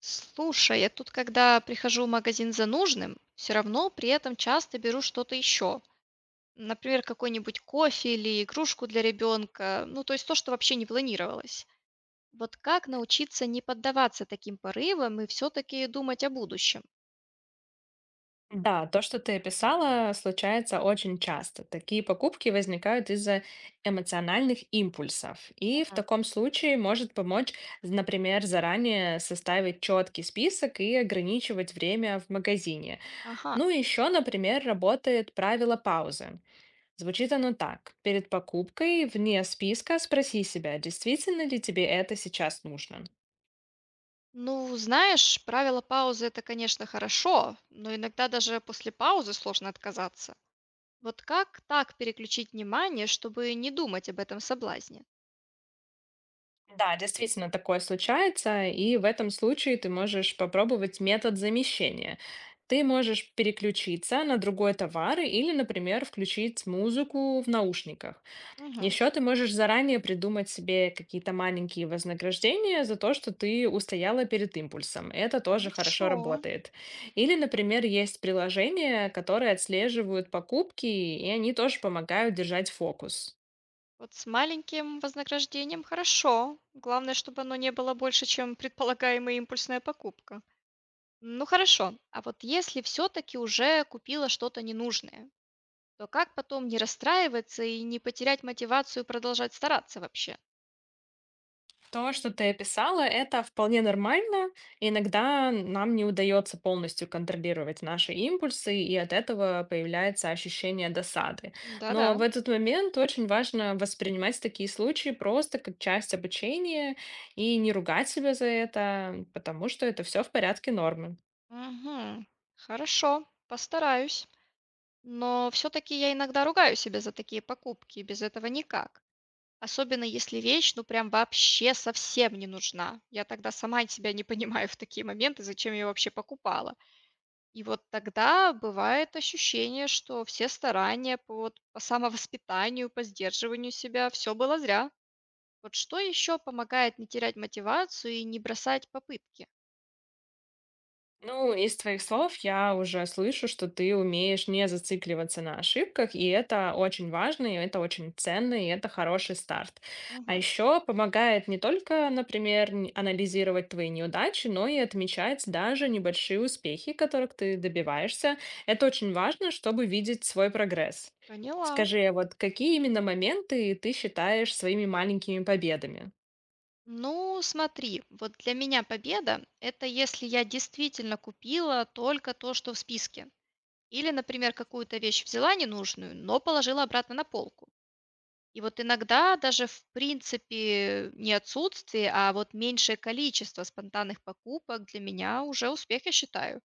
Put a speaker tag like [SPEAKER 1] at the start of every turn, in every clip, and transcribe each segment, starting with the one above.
[SPEAKER 1] Слушай, я тут, когда прихожу в магазин за нужным, все равно при этом часто беру что-то еще. Например, какой-нибудь кофе или игрушку для ребенка. Ну, то есть то, что вообще не планировалось. Вот как научиться не поддаваться таким порывам и все-таки думать о будущем?
[SPEAKER 2] Да, то, что ты описала, случается очень часто. Такие покупки возникают из-за эмоциональных импульсов. И в
[SPEAKER 1] Мгм.
[SPEAKER 2] таком случае может помочь, например, заранее составить четкий список и ограничивать время в магазине.
[SPEAKER 1] Ага.
[SPEAKER 2] Ну и еще, например, работает правило паузы. Звучит оно так. Перед покупкой вне списка спроси себя, действительно ли тебе это сейчас нужно.
[SPEAKER 1] Ну, знаешь, правило паузы это, конечно, хорошо, но иногда даже после паузы сложно отказаться. Вот как так переключить внимание, чтобы не думать об этом соблазне?
[SPEAKER 2] Да, действительно такое случается, и в этом случае ты можешь попробовать метод замещения. Ты можешь переключиться на другой товар или, например, включить музыку в наушниках.
[SPEAKER 1] Мгм.
[SPEAKER 2] Еще ты можешь заранее придумать себе какие-то маленькие вознаграждения за то, что ты устояла перед импульсом. Это тоже хорошо
[SPEAKER 1] Хорошо.
[SPEAKER 2] работает. Или, например, есть приложения, которые отслеживают покупки, и они тоже помогают держать фокус.
[SPEAKER 1] Вот с маленьким вознаграждением хорошо. Главное, чтобы оно не было больше, чем предполагаемая импульсная покупка. Ну хорошо, а вот если все-таки уже купила что-то ненужное, то как потом не расстраиваться и не потерять мотивацию продолжать стараться вообще?
[SPEAKER 2] То, что ты описала, это вполне нормально. Иногда нам не удается полностью контролировать наши импульсы, и от этого появляется ощущение досады.
[SPEAKER 1] Да-да.
[SPEAKER 2] Но в этот момент очень важно воспринимать такие случаи просто как часть обучения и не ругать себя за это, потому что это все в порядке нормы.
[SPEAKER 1] Мгм. Хорошо, постараюсь. Но все-таки я иногда ругаю себя за такие покупки, без этого никак. Особенно если вещь, ну, прям вообще совсем не нужна. Я тогда сама себя не понимаю в такие моменты, зачем я её вообще покупала. И вот тогда бывает ощущение, что все старания по вот по самовоспитанию, по сдерживанию себя- все было зря. Вот что еще помогает не терять мотивацию и не бросать попытки?
[SPEAKER 2] Ну, из твоих слов я уже слышу, что ты умеешь не зацикливаться на ошибках, и это очень важно, и это очень ценно, и это хороший старт. А
[SPEAKER 1] Мгм.
[SPEAKER 2] еще помогает не только, например, анализировать твои неудачи, но и отмечать даже небольшие успехи, которых ты добиваешься. Это очень важно, чтобы видеть свой прогресс.
[SPEAKER 1] Поняла.
[SPEAKER 2] Скажи, а вот какие именно моменты ты считаешь своими маленькими победами?
[SPEAKER 1] Ну, смотри, вот для меня победа- это если я действительно купила только то, что в списке. Или, например, какую-то вещь взяла ненужную, но положила обратно на полку. И вот иногда даже в принципе не отсутствие, а вот меньшее количество спонтанных покупок для меня уже успех, я считаю.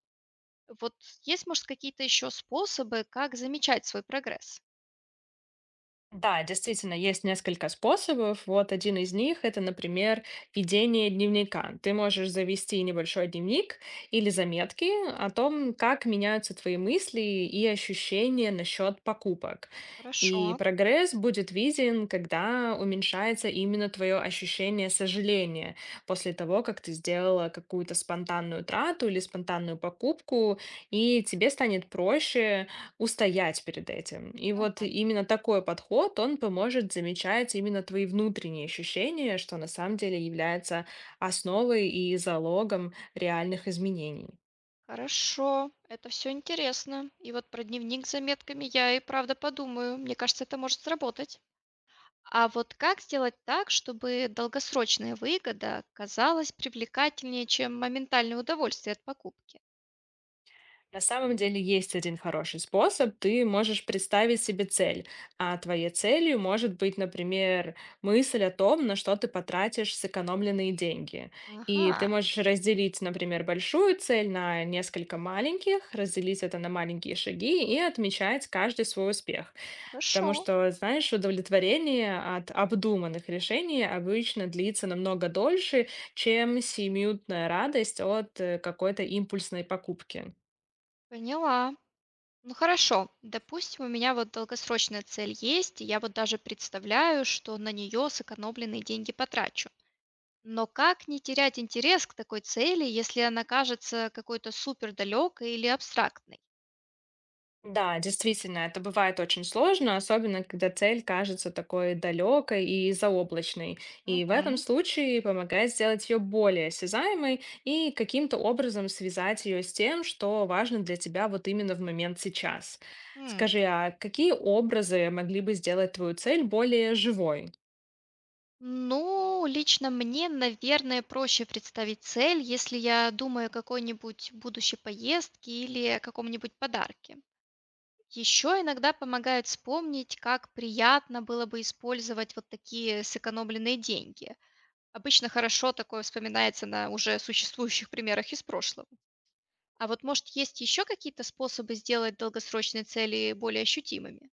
[SPEAKER 1] Вот есть, может, какие-то еще способы, как замечать свой прогресс?
[SPEAKER 2] Да, действительно, есть несколько способов. Вот один из них – это, например, ведение дневника. Ты можешь завести небольшой дневник или заметки о том, как меняются твои мысли и ощущения насчет покупок. И
[SPEAKER 1] Хорошо.
[SPEAKER 2] прогресс будет виден, когда уменьшается именно твое ощущение сожаления после того, как ты сделала какую-то спонтанную трату или спонтанную покупку, и тебе станет проще устоять перед этим. И вот именно такой подход, он поможет замечать именно твои внутренние ощущения, что на самом деле является основой и залогом реальных изменений.
[SPEAKER 1] Хорошо, это все интересно. И вот про дневник с заметками я и правда подумаю. Мне кажется, это может сработать. А вот как сделать так, чтобы долгосрочная выгода казалась привлекательнее, чем моментальное удовольствие от покупки?
[SPEAKER 2] На самом деле есть один хороший способ. Ты можешь представить себе цель. А твоей целью может быть, например, мысль о том, на что ты потратишь сэкономленные деньги. И ты
[SPEAKER 1] Ага,
[SPEAKER 2] можешь разделить, например, большую цель на несколько маленьких, разделить это на маленькие шаги и отмечать каждый свой успех. Потому
[SPEAKER 1] хорошо,
[SPEAKER 2] что, знаешь, удовлетворение от обдуманных решений обычно длится намного дольше, чем семиминутная радость от какой-то импульсной покупки.
[SPEAKER 1] поняла. Ну хорошо, допустим, у меня вот долгосрочная цель есть, и я вот даже представляю, что на нее сэкономленные деньги потрачу. Но как не терять интерес к такой цели, если она кажется какой-то супер далекой или абстрактной?
[SPEAKER 2] Да, действительно, это бывает очень сложно, особенно когда цель кажется такой далекой и заоблачной. И в этом
[SPEAKER 1] Мгм.
[SPEAKER 2] случае помогает сделать ее более осязаемой и каким-то образом связать ее с тем, что важно для тебя вот именно в момент сейчас.
[SPEAKER 1] М.
[SPEAKER 2] Скажи, а какие образы могли бы сделать твою цель более живой?
[SPEAKER 1] Ну, лично мне, наверное, проще представить цель, если я думаю о какой-нибудь будущей поездке или о каком-нибудь подарке. Еще иногда помогает вспомнить, как приятно было бы использовать вот такие сэкономленные деньги. Обычно хорошо такое вспоминается на уже существующих примерах из прошлого. А вот может есть еще какие-то способы сделать долгосрочные цели более ощутимыми?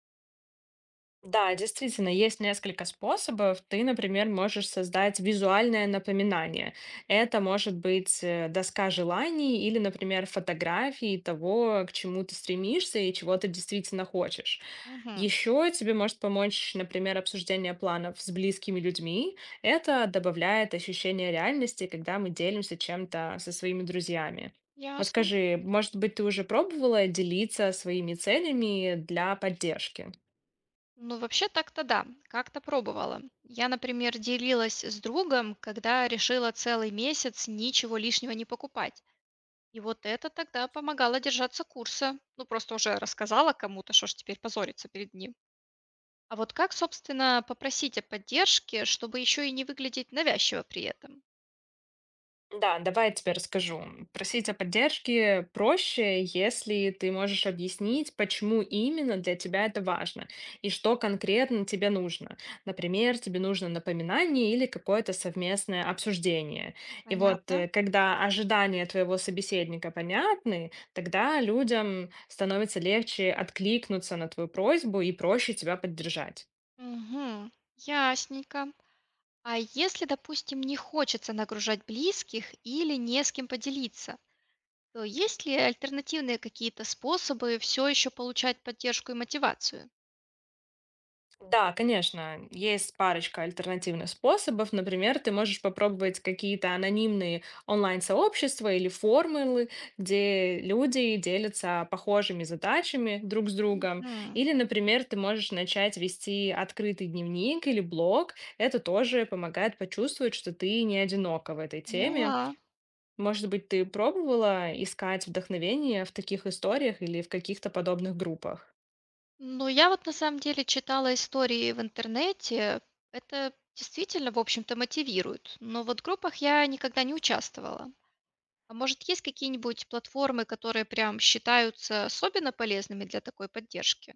[SPEAKER 2] Да, действительно, есть несколько способов. Ты, например, можешь создать визуальное напоминание. Это может быть доска желаний или, например, фотографии того, к чему ты стремишься и чего ты действительно хочешь.
[SPEAKER 1] Угу.
[SPEAKER 2] Еще тебе может помочь, например, обсуждение планов с близкими людьми. Это добавляет ощущение реальности, когда мы делимся чем-то со своими друзьями. Вот
[SPEAKER 1] Ясно.
[SPEAKER 2] скажи, может быть, ты уже пробовала делиться своими целями для поддержки?
[SPEAKER 1] Ну, вообще так-то да, как-то пробовала. Я, например, делилась с другом, когда решила целый месяц ничего лишнего не покупать. И вот это тогда помогало держаться курса. Ну, просто уже рассказала кому-то, что ж теперь позориться перед ним. А вот как, собственно, попросить о поддержке, чтобы еще и не выглядеть навязчиво при этом?
[SPEAKER 2] Да, давай я тебе расскажу. Просить о поддержке проще, если ты можешь объяснить, почему именно для тебя это важно и что конкретно тебе нужно. Например, тебе нужно напоминание или какое-то совместное обсуждение. И вот
[SPEAKER 1] Понятно.
[SPEAKER 2] когда ожидания твоего собеседника понятны, тогда людям становится легче откликнуться на твою просьбу и проще тебя поддержать.
[SPEAKER 1] Угу, ясненько. А если, допустим, не хочется нагружать близких или не с кем поделиться? То есть ли альтернативные какие-то способы все еще получать поддержку и мотивацию?
[SPEAKER 2] Да, конечно, есть парочка альтернативных способов. Например, ты можешь попробовать какие-то анонимные онлайн-сообщества или формулы, где люди делятся похожими задачами друг с другом.
[SPEAKER 1] Мгм.
[SPEAKER 2] Или, например, ты можешь начать вести открытый дневник или блог. Это тоже помогает почувствовать, что ты не одинока в этой теме.
[SPEAKER 1] Поняла.
[SPEAKER 2] Может быть, ты пробовала искать вдохновение в таких историях или в каких-то подобных группах?
[SPEAKER 1] Ну, я вот на самом деле читала истории в интернете. Это действительно, в общем-то, мотивирует. Но вот в группах я никогда не участвовала. А может, есть какие-нибудь платформы, которые прям считаются особенно полезными для такой поддержки?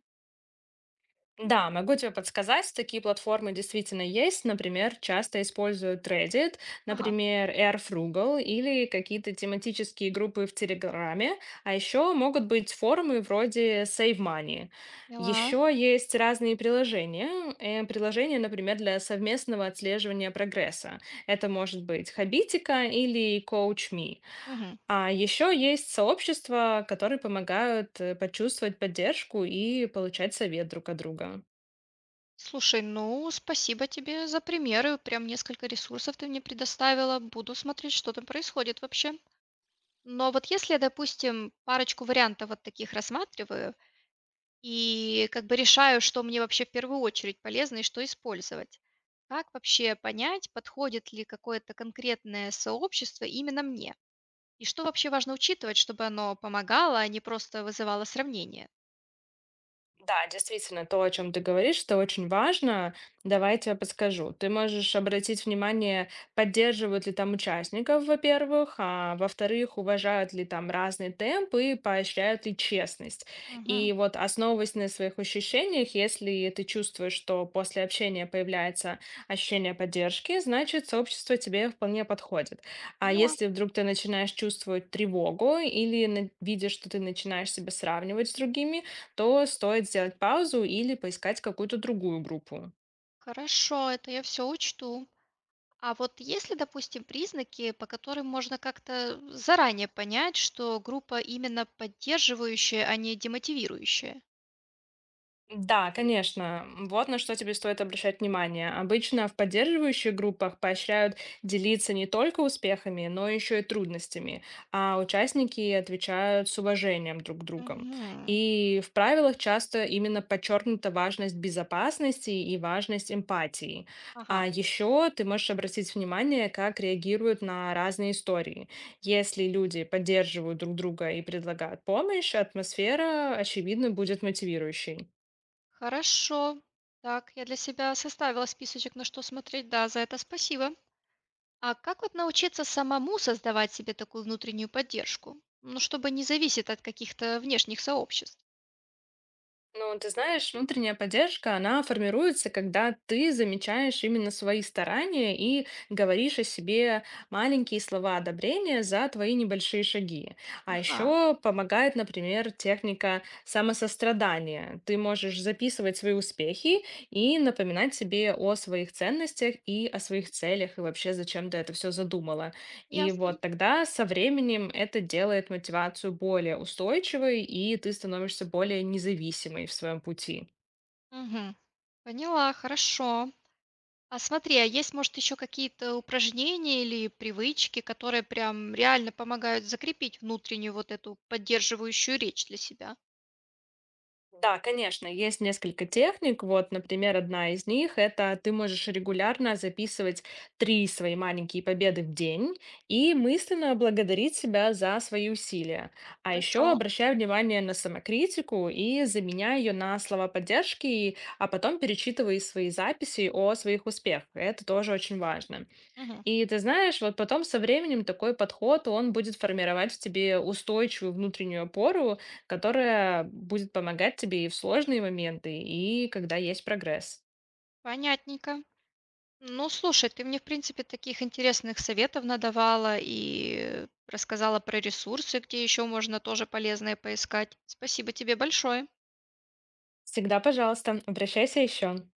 [SPEAKER 2] Да, могу тебе подсказать, такие платформы действительно есть. Например, часто используют Reddit,
[SPEAKER 1] Ага,
[SPEAKER 2] например, Airfrugal или какие-то тематические группы в Телеграме. А еще могут быть форумы вроде Save Money.
[SPEAKER 1] поняла.
[SPEAKER 2] Еще есть разные приложения. Приложения, например, для совместного отслеживания прогресса. Это может быть Хабитика или CoachMe.
[SPEAKER 1] Мгм.
[SPEAKER 2] А еще есть сообщества, которые помогают почувствовать поддержку и получать совет друг от друга.
[SPEAKER 1] Слушай, ну, спасибо тебе за примеры. Прям несколько ресурсов ты мне предоставила. Буду смотреть, что там происходит вообще. Но вот если я, допустим, парочку вариантов вот таких рассматриваю и как бы решаю, что мне вообще в первую очередь полезно и что использовать, как вообще понять, подходит ли какое-то конкретное сообщество именно мне? И что вообще важно учитывать, чтобы оно помогало, а не просто вызывало сравнение?
[SPEAKER 2] Да, действительно, то, о чем ты говоришь, это очень важно. Давай я тебе подскажу. Ты можешь обратить внимание, поддерживают ли там участников, во-первых, а во-вторых, уважают ли там разный темп и поощряют ли честность. И
[SPEAKER 1] Мгм.
[SPEAKER 2] вот основываясь на своих ощущениях, если ты чувствуешь, что после общения появляется ощущение поддержки, значит, сообщество тебе вполне подходит. А
[SPEAKER 1] Поняла.
[SPEAKER 2] если вдруг ты начинаешь чувствовать тревогу или видишь, что ты начинаешь себя сравнивать с другими, то стоит сделать паузу или поискать какую-то другую группу.
[SPEAKER 1] Хорошо, это я все учту. А вот есть ли, допустим, признаки, по которым можно как-то заранее понять, что группа именно поддерживающая, а не демотивирующая?
[SPEAKER 2] Да, конечно. Вот на что тебе стоит обращать внимание. Обычно в поддерживающих группах поощряют делиться не только успехами, но еще и трудностями, а участники отвечают с уважением друг к другу.
[SPEAKER 1] Мгм.
[SPEAKER 2] И в правилах часто именно подчеркнута важность безопасности и важность эмпатии.
[SPEAKER 1] Ага.
[SPEAKER 2] А еще ты можешь обратить внимание, как реагируют на разные истории. Если люди поддерживают друг друга и предлагают помощь, атмосфера, очевидно, будет мотивирующей.
[SPEAKER 1] Хорошо. Так, я для себя составила списочек, на что смотреть. Да, за это спасибо. А как вот научиться самому создавать себе такую внутреннюю поддержку? Ну, чтобы не зависеть от каких-то внешних сообществ.
[SPEAKER 2] Ну, ты знаешь, внутренняя поддержка, она формируется, когда ты замечаешь именно свои старания и говоришь о себе маленькие слова одобрения за твои небольшие шаги. А
[SPEAKER 1] Ага.
[SPEAKER 2] еще помогает, например, техника самосострадания. Ты можешь записывать свои успехи и напоминать себе о своих ценностях и о своих целях и вообще, зачем ты это все задумала. И
[SPEAKER 1] Ясно.
[SPEAKER 2] вот тогда со временем это делает мотивацию более устойчивой, и ты становишься более независимой в своем пути.
[SPEAKER 1] Мгм. Поняла, хорошо. А смотри, а есть, может, еще какие-то упражнения или привычки, которые прям реально помогают закрепить внутреннюю вот эту поддерживающую речь для себя?
[SPEAKER 2] Да, конечно, есть несколько техник. Вот, например, одна из них — это ты можешь регулярно записывать три свои маленькие победы в день и мысленно благодарить себя за свои усилия. А
[SPEAKER 1] Хорошо.
[SPEAKER 2] еще обращай внимание на самокритику и заменяй ее на слова поддержки, а потом перечитывай свои записи о своих успехах. Это тоже очень важно.
[SPEAKER 1] Мгм.
[SPEAKER 2] И ты знаешь, вот потом со временем такой подход, он будет формировать в тебе устойчивую внутреннюю опору, которая будет помогать тебе и в сложные моменты, и когда есть прогресс.
[SPEAKER 1] Понятненько. Ну, слушай, ты мне, в принципе, таких интересных советов надавала и рассказала про ресурсы, где еще можно тоже полезное поискать. Спасибо тебе большое.
[SPEAKER 2] Всегда, пожалуйста, обращайся еще.